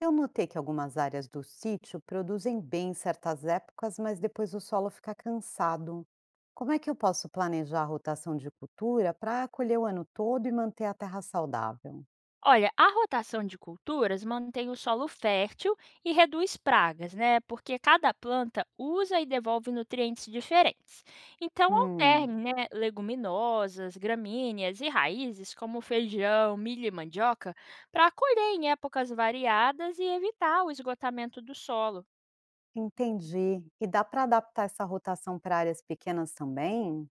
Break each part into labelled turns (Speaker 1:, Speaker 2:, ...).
Speaker 1: Eu notei que algumas áreas do sítio produzem bem em certas épocas, mas depois o solo fica cansado. Como é que eu posso planejar a rotação de cultura para acolher o ano todo e manter a terra saudável?
Speaker 2: Olha, a rotação de culturas mantém o solo fértil e reduz pragas, né? Porque cada planta usa e devolve nutrientes diferentes. Então,
Speaker 1: Hum,
Speaker 2: alterne, né, leguminosas, gramíneas e raízes como feijão, milho e mandioca para colher em épocas variadas e evitar o esgotamento do solo.
Speaker 1: entendi. E dá para adaptar essa rotação para áreas pequenas também?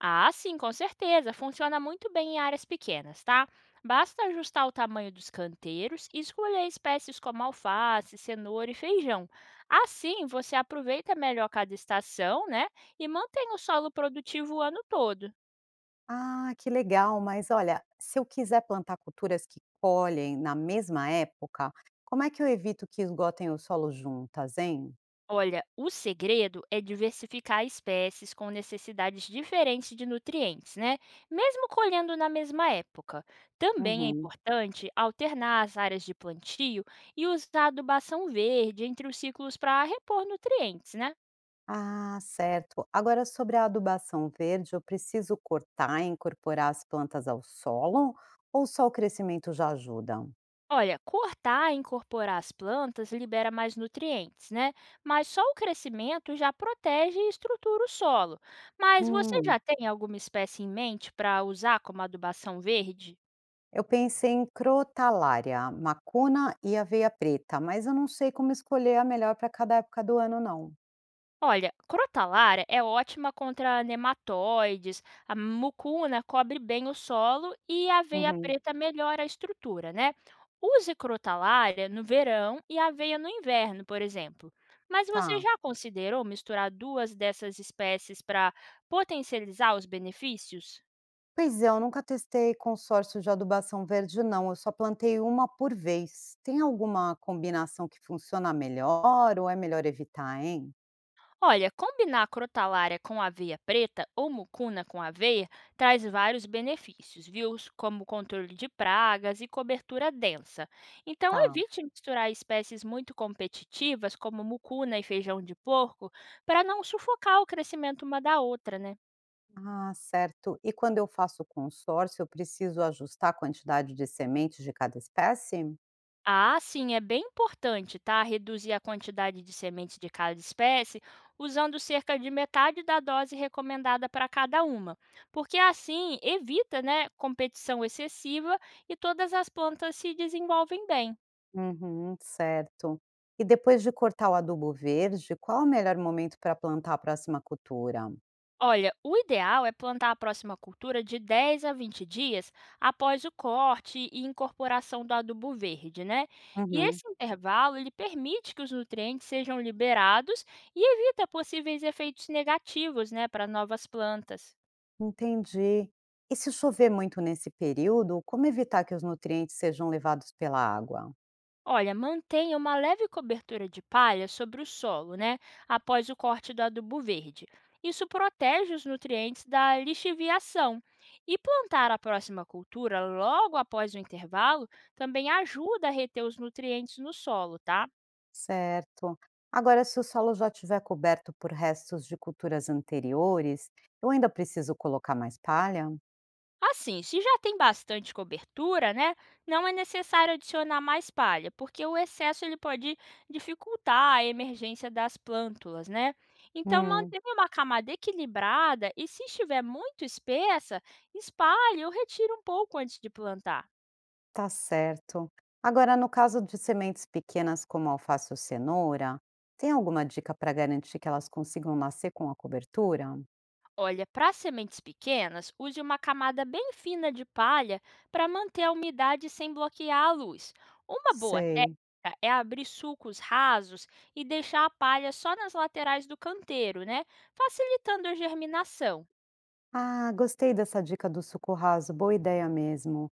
Speaker 2: Ah, sim, com certeza. Funciona muito bem em áreas pequenas, tá? Basta ajustar o tamanho dos canteiros e escolher espécies como alface, cenoura e feijão. Assim, você aproveita melhor cada estação, né? E mantém o solo produtivo o ano todo.
Speaker 1: Ah, que legal, mas olha, se eu quiser plantar culturas que colhem na mesma época, como é que eu evito que esgotem o solo juntas, hein?
Speaker 2: Olha, o segredo é diversificar espécies com necessidades diferentes de nutrientes, né? Mesmo colhendo na mesma época. Também é
Speaker 1: Uhum.
Speaker 2: importante alternar as áreas de plantio e usar adubação verde entre os ciclos para repor nutrientes, né?
Speaker 1: Ah, certo. Agora, sobre a adubação verde, eu preciso cortar e incorporar as plantas ao solo ou só o crescimento já ajuda?
Speaker 2: Olha, cortar e incorporar as plantas libera mais nutrientes, né? Mas só o crescimento já protege e estrutura o solo. Mas você
Speaker 1: Hum,
Speaker 2: já tem alguma espécie em mente para usar como adubação verde?
Speaker 1: eu pensei em crotalária, macuna e aveia preta, mas eu não sei como escolher a melhor para cada época do ano, não.
Speaker 2: Olha, crotalária é ótima contra nematóides, a mucuna cobre bem o solo e a aveia
Speaker 1: Uhum,
Speaker 2: preta melhora a estrutura, né? Use crotalária no verão e aveia no inverno, por exemplo. Mas você
Speaker 1: tá.
Speaker 2: já considerou misturar duas dessas espécies para potencializar os benefícios?
Speaker 1: Pois é, eu nunca testei consórcio de adubação verde, não. Eu só plantei uma por vez. Tem alguma combinação que funciona melhor ou é melhor evitar, hein?
Speaker 2: Olha, combinar a crotalária com a aveia preta ou mucuna com aveia traz vários benefícios, viu? Como controle de pragas e cobertura densa. Então,
Speaker 1: Tá.
Speaker 2: evite misturar espécies muito competitivas, como mucuna e feijão de porco, para não sufocar o crescimento uma da outra, né?
Speaker 1: Ah, certo. E quando eu faço consórcio, eu preciso ajustar a quantidade de sementes de cada espécie?
Speaker 2: Ah, sim, é bem importante, tá? Reduzir a quantidade de sementes de cada espécie, usando cerca de metade da dose recomendada para cada uma, porque assim evita, né, competição excessiva e todas as plantas se desenvolvem bem.
Speaker 1: Uhum, certo. E depois de cortar o adubo verde, qual é o melhor momento para plantar a próxima cultura?
Speaker 2: Olha, o ideal é plantar a próxima cultura de 10 a 20 dias após o corte e incorporação do adubo verde, né? E
Speaker 1: Uhum,
Speaker 2: esse intervalo ele permite que os nutrientes sejam liberados e evita possíveis efeitos negativos, né, para novas plantas.
Speaker 1: entendi. E se chover muito nesse período, como evitar que os nutrientes sejam levados pela água?
Speaker 2: Olha, mantenha uma leve cobertura de palha sobre o solo, né? Após o corte do adubo verde. Isso protege os nutrientes da lixiviação. E plantar a próxima cultura logo após o intervalo também ajuda a reter os nutrientes no solo, tá?
Speaker 1: Certo. Agora, se o solo já estiver coberto por restos de culturas anteriores, eu ainda preciso colocar mais palha?
Speaker 2: Assim, se já tem bastante cobertura, né, não é necessário adicionar mais palha, porque o excesso ele pode dificultar a emergência das plântulas, né? Então,
Speaker 1: Hum.
Speaker 2: mantenha uma camada equilibrada e se estiver muito espessa, espalhe ou retire um pouco antes de plantar.
Speaker 1: Tá certo. Agora, no caso de sementes pequenas como alface ou cenoura, tem alguma dica para garantir que elas consigam nascer com a cobertura?
Speaker 2: Olha, para sementes pequenas, use uma camada bem fina de palha para manter a umidade sem bloquear a luz. Uma boa
Speaker 1: Sei.
Speaker 2: técnica é abrir sulcos rasos e deixar a palha só nas laterais do canteiro, né? Facilitando a germinação.
Speaker 1: Ah, gostei dessa dica do suco raso, boa ideia mesmo.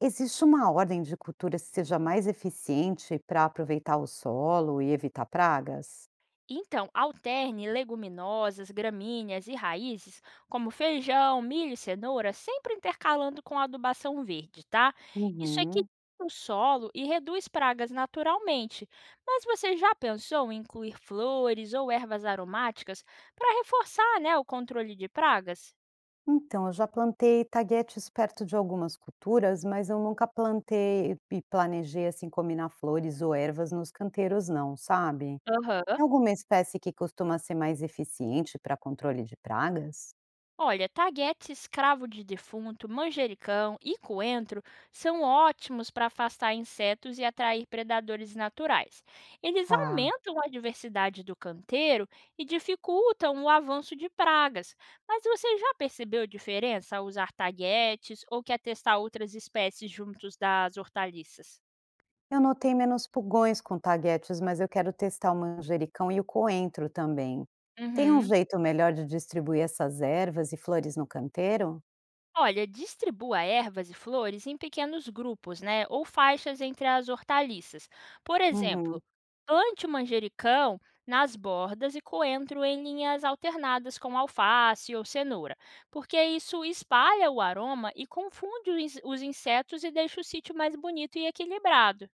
Speaker 1: Existe uma ordem de cultura que seja mais eficiente para aproveitar o solo e evitar pragas?
Speaker 2: Então, alterne leguminosas, gramíneas e raízes, como feijão, milho e cenoura, sempre intercalando com adubação verde, tá? Isso
Speaker 1: Uhum.
Speaker 2: equilibra o solo e reduz pragas naturalmente. Mas você já pensou em incluir flores ou ervas aromáticas para reforçar né, o controle de pragas?
Speaker 1: Então, eu já plantei taguetes perto de algumas culturas, mas eu nunca plantei e planejei assim combinar flores ou ervas nos canteiros, não, sabe?
Speaker 2: Aham.
Speaker 1: Tem alguma espécie que costuma ser mais eficiente para controle de pragas?
Speaker 2: Olha, taguete escravo de defunto, manjericão e coentro são ótimos para afastar insetos e atrair predadores naturais. Eles
Speaker 1: Tá.
Speaker 2: aumentam a diversidade do canteiro e dificultam o avanço de pragas. Mas você já percebeu diferença ao usar taguetes ou quer testar outras espécies juntos das hortaliças?
Speaker 1: Eu notei menos pulgões com taguetes, mas eu quero testar o manjericão e o coentro também. Tem um
Speaker 2: Uhum.
Speaker 1: jeito melhor de distribuir essas ervas e flores no canteiro?
Speaker 2: Olha, distribua ervas e flores em pequenos grupos, né? Ou faixas entre as hortaliças. Por exemplo,
Speaker 1: Uhum.
Speaker 2: plante o manjericão nas bordas e coentro em linhas alternadas com alface ou cenoura, porque isso espalha o aroma e confunde os insetos e deixa o sítio mais bonito e equilibrado.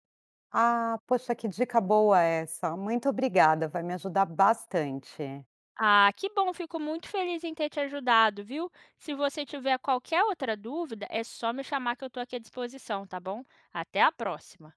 Speaker 1: Ah, poxa, que dica boa essa. Muito obrigada, vai me ajudar bastante.
Speaker 2: Ah, que bom, fico muito feliz em ter te ajudado, viu? Se você tiver qualquer outra dúvida, é só me chamar que eu estou aqui à disposição, tá bom? Até a próxima!